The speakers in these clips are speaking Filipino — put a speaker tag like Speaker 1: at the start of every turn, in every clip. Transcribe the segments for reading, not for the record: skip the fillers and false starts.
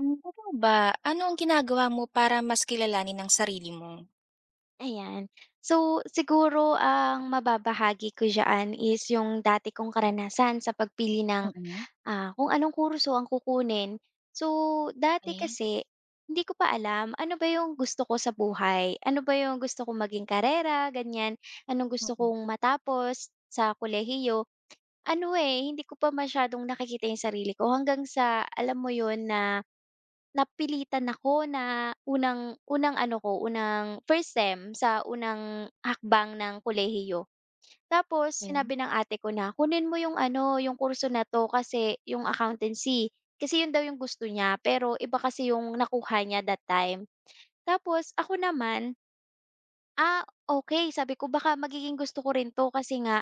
Speaker 1: Hmm, totoo ba? Ano ang ginagawa mo para mas kilalanin ang sarili mo?
Speaker 2: Ayan. So, siguro ang mababahagi ko diyan is yung dati kong karanasan sa pagpili ng,
Speaker 1: Mm.
Speaker 2: ah, kung anong kurso ang kukunin. So, dati
Speaker 1: Okey.
Speaker 2: kasi hindi ko pa alam ano ba yung gusto ko sa buhay, ano ba yung gusto kong maging karera, ganyan, anong gusto
Speaker 1: Mm.
Speaker 2: kong matapos sa kolehiyo. Ano, eh, hindi ko pa masyadong nakikita yung sarili ko hanggang sa alam mo yun na napilitan ako na unang unang ano ko, unang first sem sa unang hakbang ng kolehiyo. Tapos
Speaker 1: Ayun,
Speaker 2: sinabi ng ate ko na, "Kunin mo yung ano, yung kurso na 'to kasi yung accountancy." Kasi yun daw yung gusto niya, pero iba kasi yung nakuha niya that time. Tapos ako naman, "Ah, okay," sabi ko, "baka magiging gusto ko rin 'to kasi nga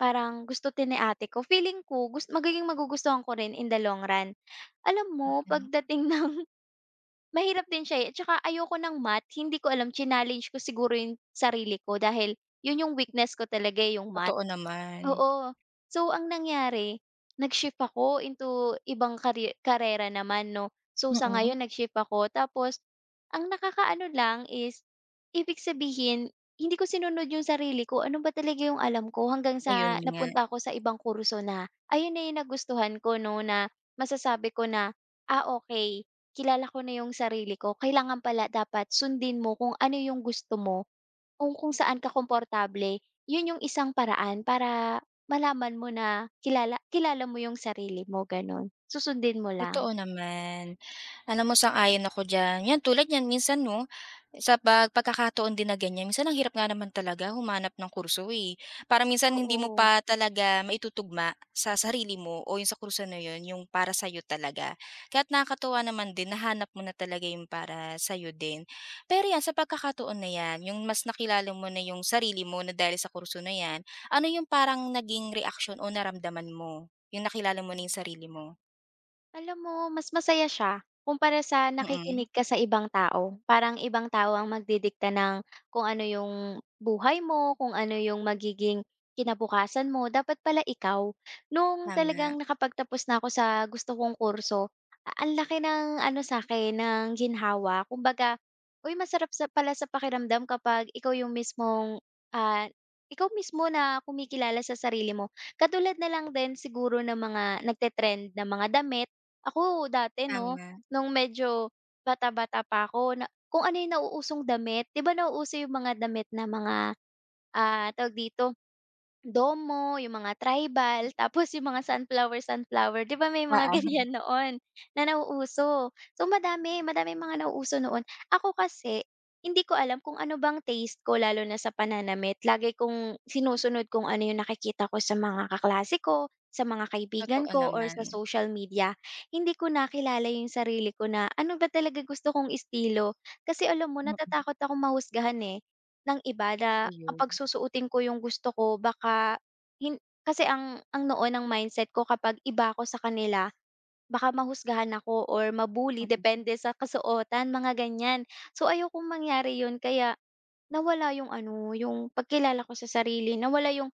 Speaker 2: parang gusto din ni ate ko." Feeling ko gusto magiging magugustuhan ko rin in the long run. Alam mo
Speaker 1: okey.
Speaker 2: pagdating ng mahirap din siya, eh, at saka ayoko ng math. Hindi ko alam chinallenge ko siguro yung sarili ko dahil yun yung weakness ko talaga, eh, yung math.
Speaker 1: Totoo naman.
Speaker 2: Oo. So, ang nangyari nag-shift ako into ibang karera naman 'no. So, sa
Speaker 1: Mm.
Speaker 2: ngayon nag-shift ako tapos ang nakakaano lang is ibig sabihin hindi ko sinunod yung sarili ko, ano ba talaga yung alam ko hanggang
Speaker 1: Ayun
Speaker 2: sa
Speaker 1: nga.
Speaker 2: napunta ako sa ibang kurso na ayun na yung nagustuhan ko 'no, na masasabi ko na, ah, okay, kilala ko na yung sarili ko, kailangan pala dapat sundin mo kung ano yung gusto mo, kung saan ka komportable. Yun yung isang paraan para malaman mo na kilala kilala mo yung sarili mo, gano'n. Susundin mo lang.
Speaker 1: Totoo naman. Alam mo, sang-ayon ako diyan. 'Yan, tulad niyan minsan 'no, sa pagkakataon din na ganyan, minsan ang hirap nga naman talaga humanap ng kurso, eh. Para minsan hindi mo
Speaker 2: Oo.
Speaker 1: pa talaga maitutugma sa sarili mo o yung sa kurso na yun yung para sa'yo talaga. Kaya't nakakatuwa naman din nahanap mo na talaga yung para sa'yo din. Pero 'yan sa pagkakataon na 'yan, yung mas nakilala mo na yung sarili mo na dahil sa kurso na 'yan, ano yung parang naging reaction o naramdaman mo? Yung nakilala mo na yung sarili mo?
Speaker 2: Alam mo, mas masaya siya kumpara sa
Speaker 1: Mm.
Speaker 2: nakikinig ka sa ibang tao. Parang ibang tao ang magdidikta ng kung ano yung buhay mo, kung ano yung magiging kinabukasan mo. Dapat pala ikaw. Nung
Speaker 1: Tama,
Speaker 2: talagang nakapagtapos na ako sa gusto kong kurso, ang laki ng ano sa akin, ng ginhawa. Kumbaga, uy, masarap sa, pala sa pakiramdam kapag ikaw yung ah, ikaw mismo na kumikilala sa sarili mo. Katulad na lang din siguro ng mga nagtetrend na mga damit ako dati 'no,
Speaker 1: tama.
Speaker 2: nung medyo bata-bata pa ako na kung ano yung nauusong damit, 'di ba nauuso yung mga damit na mga, ah, tawag dito, Domo, yung mga tribal, tapos yung mga sunflower sunflower, 'di ba may mga
Speaker 1: Oo,
Speaker 2: ganyan noon na nauuso. So madami, madaming mga nauuso noon. Ako kasi hindi ko alam kung ano bang taste ko lalo na sa pananamit. Lagi kong sinusunod kung ano yung nakikita ko sa mga kaklase ko, sa mga kaibigan
Speaker 1: totoo
Speaker 2: ko or
Speaker 1: naman.
Speaker 2: sa social media. Hindi ko nakilala yung sarili ko na ano ba talaga gusto kong estilo. Kasi alam mo
Speaker 1: Mm.
Speaker 2: natatakot akong mahusgahan, eh. Ng iba na
Speaker 1: Ayun,
Speaker 2: kapag susuotin ko yung gusto ko baka hin kasi ang noon ang mindset ko kapag iba ako sa kanila baka mahusgahan ako or ma depende sa kasuotan mga ganyan. So, ayokong mangyari yun kaya nawala yung ano, yung pagkilala ko sa sarili, nawala yung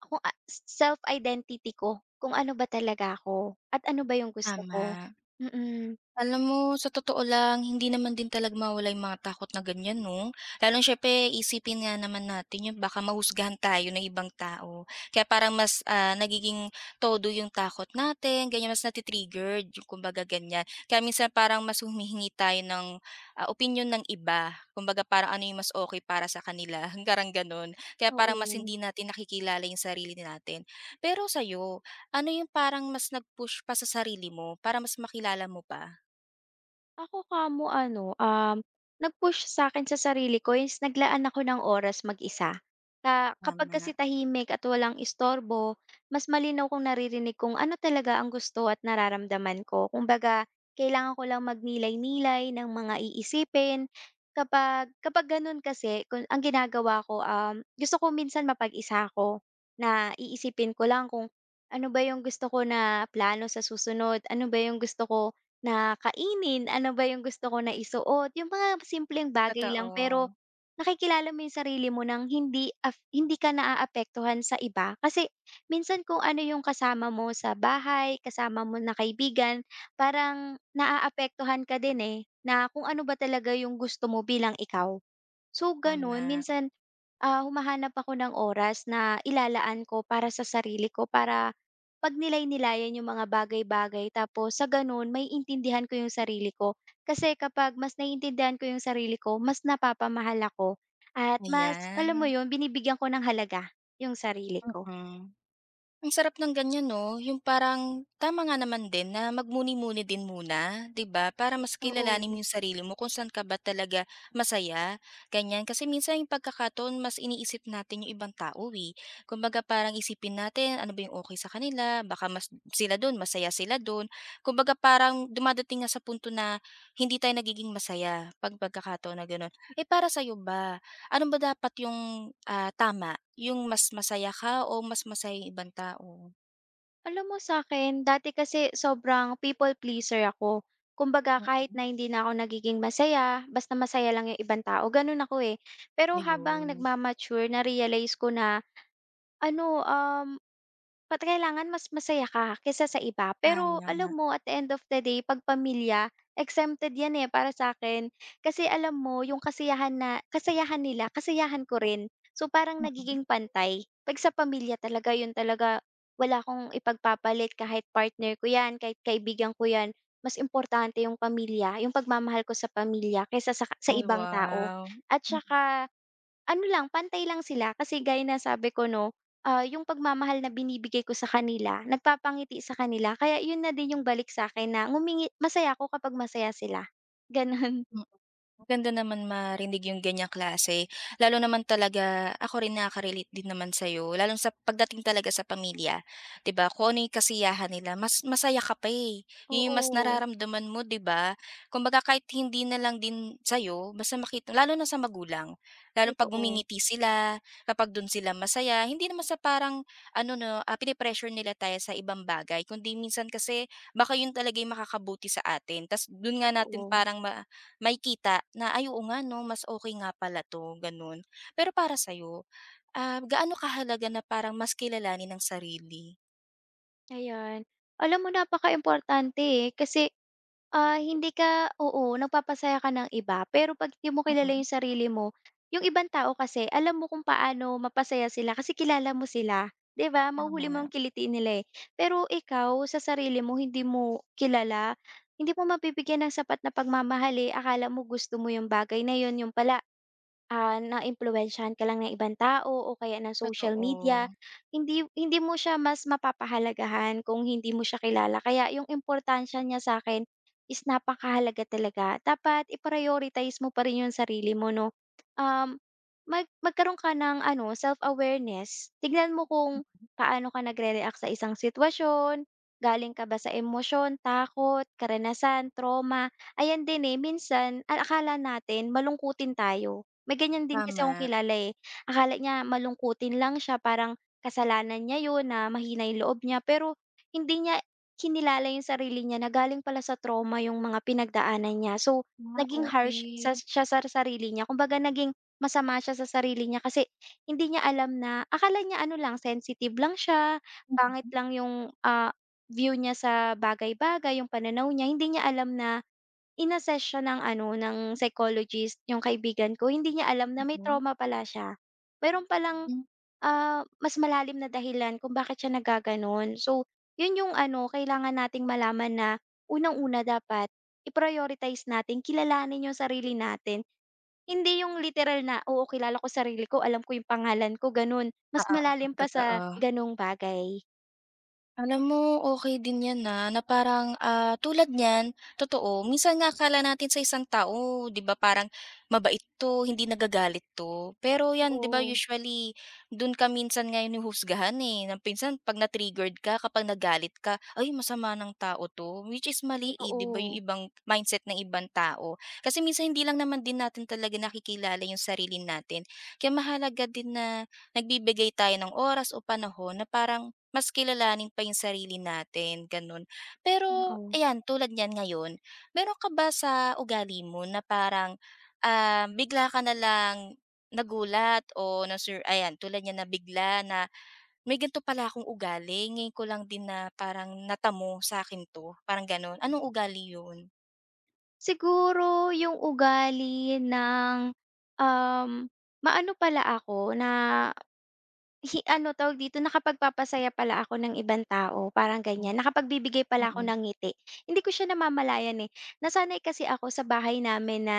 Speaker 2: kung a self identity ko, kung ano ba talaga ako at ano ba yung gusto ko.
Speaker 1: tama.
Speaker 2: Mm,
Speaker 1: Alam mo, sa totoo lang, hindi naman din talaga mawala yung mga takot na ganyan, no? Lalo syempre, isipin nga naman natin yun, baka mahusgahan tayo ng ibang tao. Kaya parang mas nagiging todo yung takot natin, ganyan, mas natitriggered, yung kumbaga ganyan. Kaya minsan parang mas humihingi tayo ng opinion ng iba. Kumbaga parang ano yung mas okay para sa kanila, hanggang ganun. Kaya parang mas
Speaker 2: oo.
Speaker 1: hindi natin nakikilala yung sarili natin. Pero sa'yo, ano yung parang mas nag-push pa sa sarili mo para mas makilala mo pa?
Speaker 2: Ako kamo ano, nag-push sa akin sa sarili ko is naglaan ako ng oras mag-isa. Kapag kasi
Speaker 1: Tama.
Speaker 2: tahimik at walang istorbo, mas malinaw kong naririnig kung ano talaga ang gusto at nararamdaman ko. Kumbaga, kailangan ko lang magnilay-nilay ng mga iisipin. Kapag kapag gano'n kasi ang ginagawa ko, gusto ko minsan mapag-isa ko na iisipin ko lang kung ano ba yung gusto ko na plano sa susunod, ano ba yung gusto ko na kainin, ano ba yung gusto ko na isuot, yung mga simpleng bagay lang pero
Speaker 1: Totoo.
Speaker 2: nakikilala mo yung sarili mo ng hindi ka naaapektuhan sa iba. Kasi minsan kung ano yung kasama mo sa bahay, kasama mo na kaibigan, parang naaapektuhan ka din, eh, na kung ano ba talaga yung gusto mo bilang ikaw. So, gano'n
Speaker 1: Tama,
Speaker 2: minsan. Ah, humahanap ako ng oras na ilalaan ko para sa sarili ko para 'pag nilay-nilayan yung mga bagay-bagay tapos sa gano'n intindihan ko yung sarili ko. Kasi kapag mas naiintindihan ko yung sarili ko, mas napapamahal ako at mas alam mo
Speaker 1: ayan,
Speaker 2: yun, binibigyan ko ng halaga yung sarili ko.
Speaker 1: mm. Ang sarap ng ganyan 'no, yung parang tama nga naman din na magmuni-muni din muna, 'di ba? Para mas
Speaker 2: Oo.
Speaker 1: kilalanin mo yung sarili mo kung saan ka ba talaga masaya, ganyan. Kasi minsan yung pagkakataon mas iniisip natin yung ibang tao, eh. Kumbaga parang isipin natin, ano ba yung okey sa kanila, baka mas sila dun, masaya sila dun. Kumbaga parang dumadating nga sa punto na hindi tayo nagiging masaya 'pag pagkakataon na gano'n. Eh, para sa'yo ba, ano ba dapat yung, tama, yung mas masaya ka o mas masaya yung ibang tao?
Speaker 2: Alam mo sa akin, dati kasi sobrang people pleaser ako. Kumbaga kahit
Speaker 1: Mm,
Speaker 2: na hindi na ako nagiging masaya, basta masaya lang yung ibang tao, ganun ako eh. Pero habang
Speaker 1: ayun,
Speaker 2: nagmamature, na-realize ko na ano, ba't kailangan mas masaya ka kaysa sa iba. Pero alam
Speaker 1: tama.
Speaker 2: mo, at the end of the day, 'pag pamilya, exempted yan, eh, para sa akin. Kasi alam mo, yung kasiyahan na kasayahan nila, kasiyahan ko rin. So, parang
Speaker 1: Mm.
Speaker 2: nagiging pantay. 'Pag sa pamilya talaga, yun talaga, wala akong ipagpapalit kahit partner ko yan, kahit kaibigan ko yan. Mas importante yung pamilya, yung pagmamahal ko sa pamilya kaysa sa
Speaker 1: Ay,
Speaker 2: ibang tao.
Speaker 1: wow.
Speaker 2: At saka ano lang, pantay lang sila kasi gaya na sabi ko 'no, ah, yung pagmamahal na binibigay ko sa kanila, nagpapangiti sa kanila kaya yun na din yung balik sa akin na masaya ako kapag masaya sila, gano'n.
Speaker 1: Mm. Maganda naman marinig yung ganyang klase, lalo naman talaga ako rin nakaka-relate din naman sa'yo lalo sa pagdating talaga sa pamilya, 'di ba? Kung ano yung kasiyahan nila mas masaya ka pa, eh, yun yung mas
Speaker 2: Oo,
Speaker 1: nararamdaman mo, 'di ba? Kumbaga kahit hindi na lang din sa'yo basta makita lalo na sa magulang, lalo 'pag
Speaker 2: totoo,
Speaker 1: ngumingiti sila, kapag dun sila masaya, hindi naman sa parang ano 'no, pine-pressure nila tayo sa ibang bagay kundi minsan kasi baka yun talaga yung makakabuti sa atin ta's dun nga natin
Speaker 2: totoo,
Speaker 1: parang ma may kita na, "Ay, oo nga 'no, mas okay nga pala 'to," gano'n. Pero para sa'yo, gaano kahalaga na parang mas kilalanin ang sarili?
Speaker 2: Ayan. Alam mo napakaimportante, eh, kasi ah, hindi ka oo, nagpapasaya ka ng iba, pero 'pag di mo kilala
Speaker 1: Mm,
Speaker 2: yung sarili mo, yung ibang tao kasi alam mo kung paano mapasaya sila kasi kilala mo sila, 'di ba? Mahuhuli mo
Speaker 1: tama.
Speaker 2: ang kiliti nila, eh. Pero ikaw sa sarili mo hindi mo kilala, hindi mo mabibigyan ng sapat na pagmamahal, eh. Akala mo gusto mo yung bagay na yun, yun pala ah, naiimpluwensyahan ka lang ng ibang tao o kaya ng social
Speaker 1: Totoo,
Speaker 2: media, hindi hindi mo siya mas mapapahalagahan kung hindi mo siya kilala. Kaya yung importansya niya sa akin is napakahalaga talaga. Dapat i-prioritize mo pa rin yung sarili mo 'no. Um, magkaroon ka ng ano, self-awareness. Tignan mo kung paano ka nagre-react sa isang sitwasyon, galing ka ba sa emosyon, takot, karanasan, trauma. Ayan din, eh, minsan akala natin malungkutin tayo. May ganyan din kasi akong
Speaker 1: tama.
Speaker 2: kilala, eh. Akala niya malungkutin lang siya, parang kasalanan niya 'yun na mahina 'yung loob niya, pero hindi niya kinilala 'yung sarili niya na galing pala sa trauma 'yung mga pinagdaanan niya. So,
Speaker 1: Ah,
Speaker 2: naging harsh
Speaker 1: okay.
Speaker 2: siya sa sarili niya, kumbaga naging masama siya sa sarili niya kasi hindi niya alam na akala niya ano lang, sensitive lang siya,
Speaker 1: Mm.
Speaker 2: pangit lang 'yung, ah, view niya sa bagay-bagay, 'yung pananaw niya. Hindi niya alam na in-assess siya ng ano, ng psychologist, yung kaibigan ko. Hindi niya alam na may trauma pala siya. Meron palang,
Speaker 1: Mhm.
Speaker 2: ah, mas malalim na dahilan kung bakit siya nagkagano'n. So, yun yung ano, kailangan nating malaman na unang-una dapat i-prioritize natin, kilalanin yung sarili natin. Hindi yung literal na, "Oo, kilala ko sarili ko, alam ko yung pangalan ko," gano'n. Mas
Speaker 1: Oo, oo,
Speaker 2: malalim pa sa
Speaker 1: totoo.
Speaker 2: gano'ng bagay.
Speaker 1: Alam mo, okay din 'yan, na parang, tulad niyan, totoo, minsan nga akala natin sa isang tao, 'di ba, parang mabait 'to, hindi nagagalit 'to. Pero 'yan, 'di ba,
Speaker 2: Oo,
Speaker 1: usually dun ka minsan nga hinuhusgahan, eh, na minsan 'pag na-triggered ka, kapag nagalit ka, "Ay, masama ng tao 'to." Which is mali, eh, 'di ba, yung
Speaker 2: totoo.
Speaker 1: ibang mindset ng ibang tao. Kasi minsan hindi lang naman din natin talaga nakikilala yung sarili natin. Kaya mahalaga din na nagbibigay tayo ng oras o panahon na parang mas kilalanin pa yung sarili natin, gano'n. Pero
Speaker 2: Oo.
Speaker 1: ayan, tulad niyan ngayon, meron ka ba sa ugali mo na parang, bigla ka na lang nagulat o ayan, tulad niyan na bigla na, "May ganito pala akong ugali, ngayon ko lang din na parang natamo sa akin 'to." Parang gano'n, anong ugali yun?
Speaker 2: Siguro yung ugali ng, um, maano pala ako na ano, tawag dito, nakapagpapasaya pala ako ng ibang tao, parang ganyan. Nakapagbibigay pala ako ng ngiti. Hindi ko siya namamalayan, eh. Nasanay kasi ako sa bahay namin na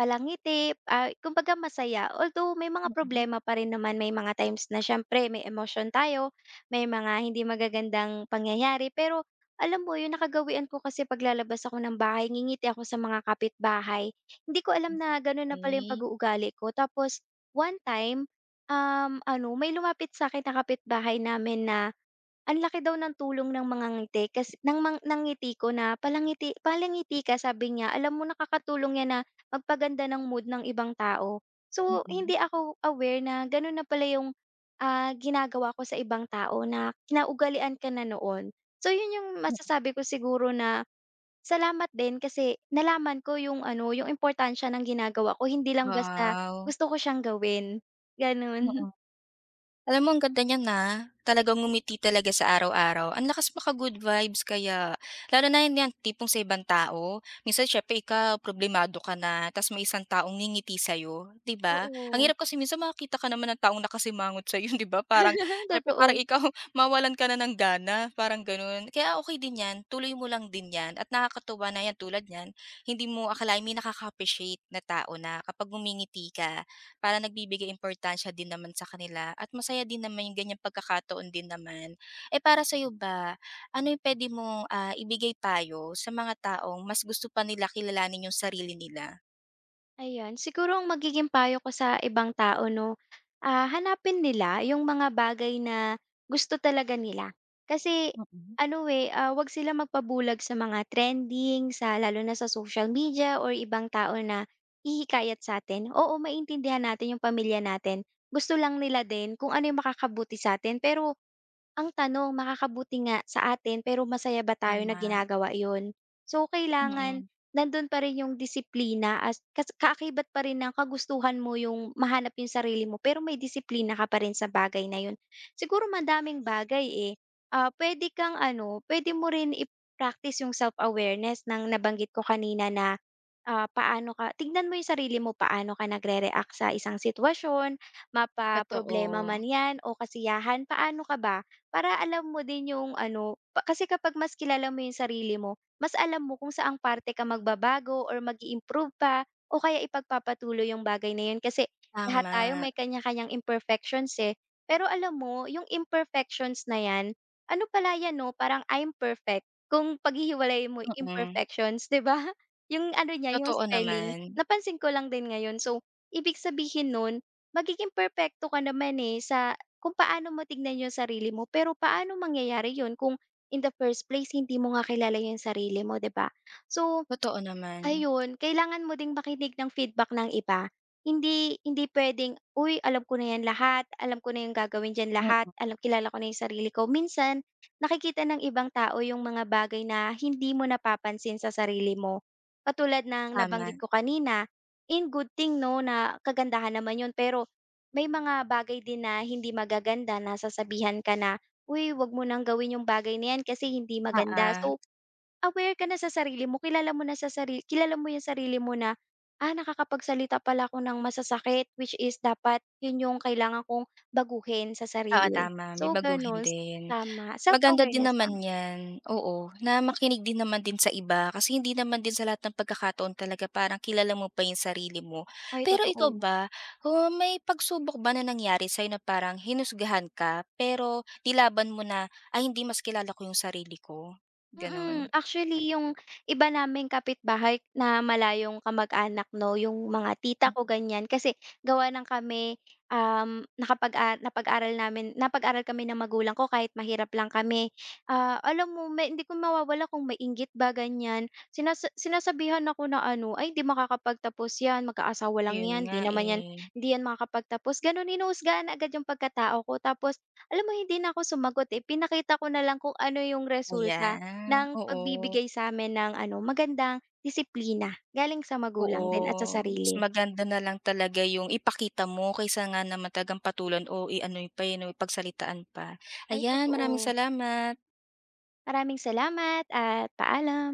Speaker 2: palangiti, ah, kumbaga masaya. Although may mga problema pa rin naman, may mga times na siyempre may emotion tayo, may mga hindi magagandang pangyayari. Pero alam mo yun, nakagawian ko kasi paglalabas ako ng bahay, ngingiti ako sa mga kapitbahay. Hindi ko alam na gano'n na pala yung
Speaker 1: Eh,
Speaker 2: pag-uugali ko. Tapos one time, ano may lumapit sa akin, na kapitbahay namin na ang laki daw ng tulong ng mga ngiti kasi ng ngiti ko na, "Palangiti palangiti ka," sabi niya. "Alam mo nakakatulong yan na magpaganda ng mood ng ibang tao." So,
Speaker 1: mm.
Speaker 2: hindi ako aware na gano'n na pala yung, ah, ginagawa ko sa ibang tao na kinaugalian ka na noon. So, yun yung masasabi ko siguro na salamat din kasi nalaman ko yung ano, yung importansya ng ginagawa ko, hindi lang basta
Speaker 1: Wow.
Speaker 2: gusto ko siyang gawin, gano'n.
Speaker 1: Alam mo ang ganda niyan, ah, talagang ngumiti talaga sa araw-araw. Ang lakas maka-good vibes kaya. Lalo na yun yan tipong sa ibang tao, minsan siyempre ikaw problemado ka na ta's may isang taong ngingiti sa'yo, 'di ba? Ang
Speaker 2: Oo,
Speaker 1: hirap kasi minsan makakita ka naman ng taong nakasimangot sa'yo, 'di ba? Parang siyempre parang
Speaker 2: totoo.
Speaker 1: ikaw mawalan ka na ng gana, parang gano'n. Kaya okay din 'yan, tuloy mo lang din 'yan at nakakatuwa na 'yan tulad niyan, hindi mo akalain may nakaka-appreciate na tao na kapag ngumingiti ka para nagbibigay importansya din naman sa kanila at masaya din naman yung ganyang pagkakataon din naman. Eh, para sa'yo ba, ano yung puwede mong, ibigay payo sa mga taong mas gusto pa nila kilalanin yung sarili nila?
Speaker 2: Ayan, siguro ang magiging payo ko sa ibang tao 'no, ah, hanapin nila yung mga bagay na gusto talaga nila. Kasi ano, eh, ah, 'wag sila magpabulag sa mga trending, sa lalo na sa social media or ibang tao na ihikayat sa sa'tin. Oo, maintindihan natin yung pamilya natin, gusto lang nila din kung ano yung makakabuti sa sa'tin pero ang tanong, makakabuti nga sa atin pero masaya ba tayo na
Speaker 1: Tama,
Speaker 2: ginagawa iyon? So, kailangan
Speaker 1: mm.
Speaker 2: nandun pa rin yung disiplina as kas kaakibat pa rin ng kagustuhan mo yung mahanap yung sarili mo pero may disiplina ka pa rin sa bagay na yun. Siguro madaming bagay eh. Ah, pwede mo rin i-practice yung self-awareness ng nabanggit ko kanina na, ah, paano ka tignan mo yung sarili mo paano ka nagrereact sa isang sitwasyon, mapa problema
Speaker 1: Totoo,
Speaker 2: man yan o kasiyahan, paano ka ba? Para alam mo din yung ano pa kasi kapag mas kilala mo yung sarili mo, mas alam mo kung saang parte ka magbabago or mag improve pa o kaya ipagpapatuloy yung bagay na yun kasi lahat tayo
Speaker 1: tama,
Speaker 2: may kanya-kanyang imperfections, eh. Pero alam mo yung imperfections na yan, ano pala yan 'no, parang I'm perfect kung paghihiwalayin mo yung
Speaker 1: mm.
Speaker 2: imperfections, 'di ba? Yung ano niya, yung
Speaker 1: Totoo
Speaker 2: spelling,
Speaker 1: naman,
Speaker 2: napansin ko lang din ngayon. So, ibig sabihin nun magiging perfecto ka naman, eh, sa kung paano mo tignan yung sarili mo, pero paano mangyayari yun kung in the first place hindi mo nga kilala yung sarili mo, 'di ba? So,
Speaker 1: totoo naman.
Speaker 2: ayun, kailangan mo ding makinig ng feedback ng iba. Hindi hindi puwedeng, "Uy, alam ko na 'yan lahat, alam ko na yung gagawin diyan lahat,
Speaker 1: Mm,
Speaker 2: kilala ko na yung sarili ko." Minsan, nakikita ng ibang tao yung mga bagay na hindi mo napapansin sa sarili mo. Katulad ng
Speaker 1: tama,
Speaker 2: nabanggit ko kanina, in good thing 'no, na kagandahan naman yun pero may mga bagay din na hindi magaganda na sasabihan ka na, "Uy, 'wag mo nang gawin yung bagay na yan kasi hindi maganda."
Speaker 1: oo.
Speaker 2: So, aware ka na sa sarili mo, kilala mo yung sarili mo na, "Ah, nakakapagsalita pala ako ng masasakit," which is dapat yun yung kailangan kong baguhin sa
Speaker 1: Oo,
Speaker 2: sarili.
Speaker 1: tama,
Speaker 2: So,
Speaker 1: may baguhin
Speaker 2: ganun.
Speaker 1: din.
Speaker 2: Tama,
Speaker 1: Maganda din
Speaker 2: self-awareness lang.
Speaker 1: naman 'yan, oo, na makinig din naman din sa iba kasi hindi naman din sa lahat ng pagkakataon talaga parang kilala mo pa yung sarili mo.
Speaker 2: Ay,
Speaker 1: Pero
Speaker 2: totoo.
Speaker 1: ikaw ba, oh, may pagsubok ba na nangyari sa'yo na parang hinusgahan ka pero nilaban mo na, "Ay hindi, mas kilala ko yung sarili ko."
Speaker 2: Mm,
Speaker 1: Gano'n.
Speaker 2: actually yung iba naming kapitbahay na malayong kamag-anak 'no, yung mga tita ko ganyan kasi gawa ng kami, napag-aral kami ng magulang ko kahit mahirap lang kami. Ah, alam mo may hindi ko mawawala kung mainggit ba ganyan, sinasabihan ako na ano, "Ay hindi makakapagtapos 'yan, mag-aasawa lang
Speaker 1: Ayun
Speaker 2: 'yan,
Speaker 1: nga,
Speaker 2: 'di naman 'yan
Speaker 1: eh.
Speaker 2: hindi 'yan makakapagtapos." Gano'n hinuhusgahan agad yung pagkatao ko tapos alam mo hindi na ako sumagot, eh, pinakita ko na lang kung ano yung resulta.
Speaker 1: Ayan,
Speaker 2: Ng
Speaker 1: oo.
Speaker 2: pagbibigay sa sa'min ng ano, magandang disiplina galing sa magulang din at sa
Speaker 1: Oo, mas
Speaker 2: sarili.
Speaker 1: maganda na lang talaga yung ipakita mo kaysa nga naman talagang patulan o i-ano pa, eh, 'no, pagsalitaan pa.
Speaker 2: Ay,
Speaker 1: Ayan, maraming
Speaker 2: totoo.
Speaker 1: salamat.
Speaker 2: Maraming salamat at paalam.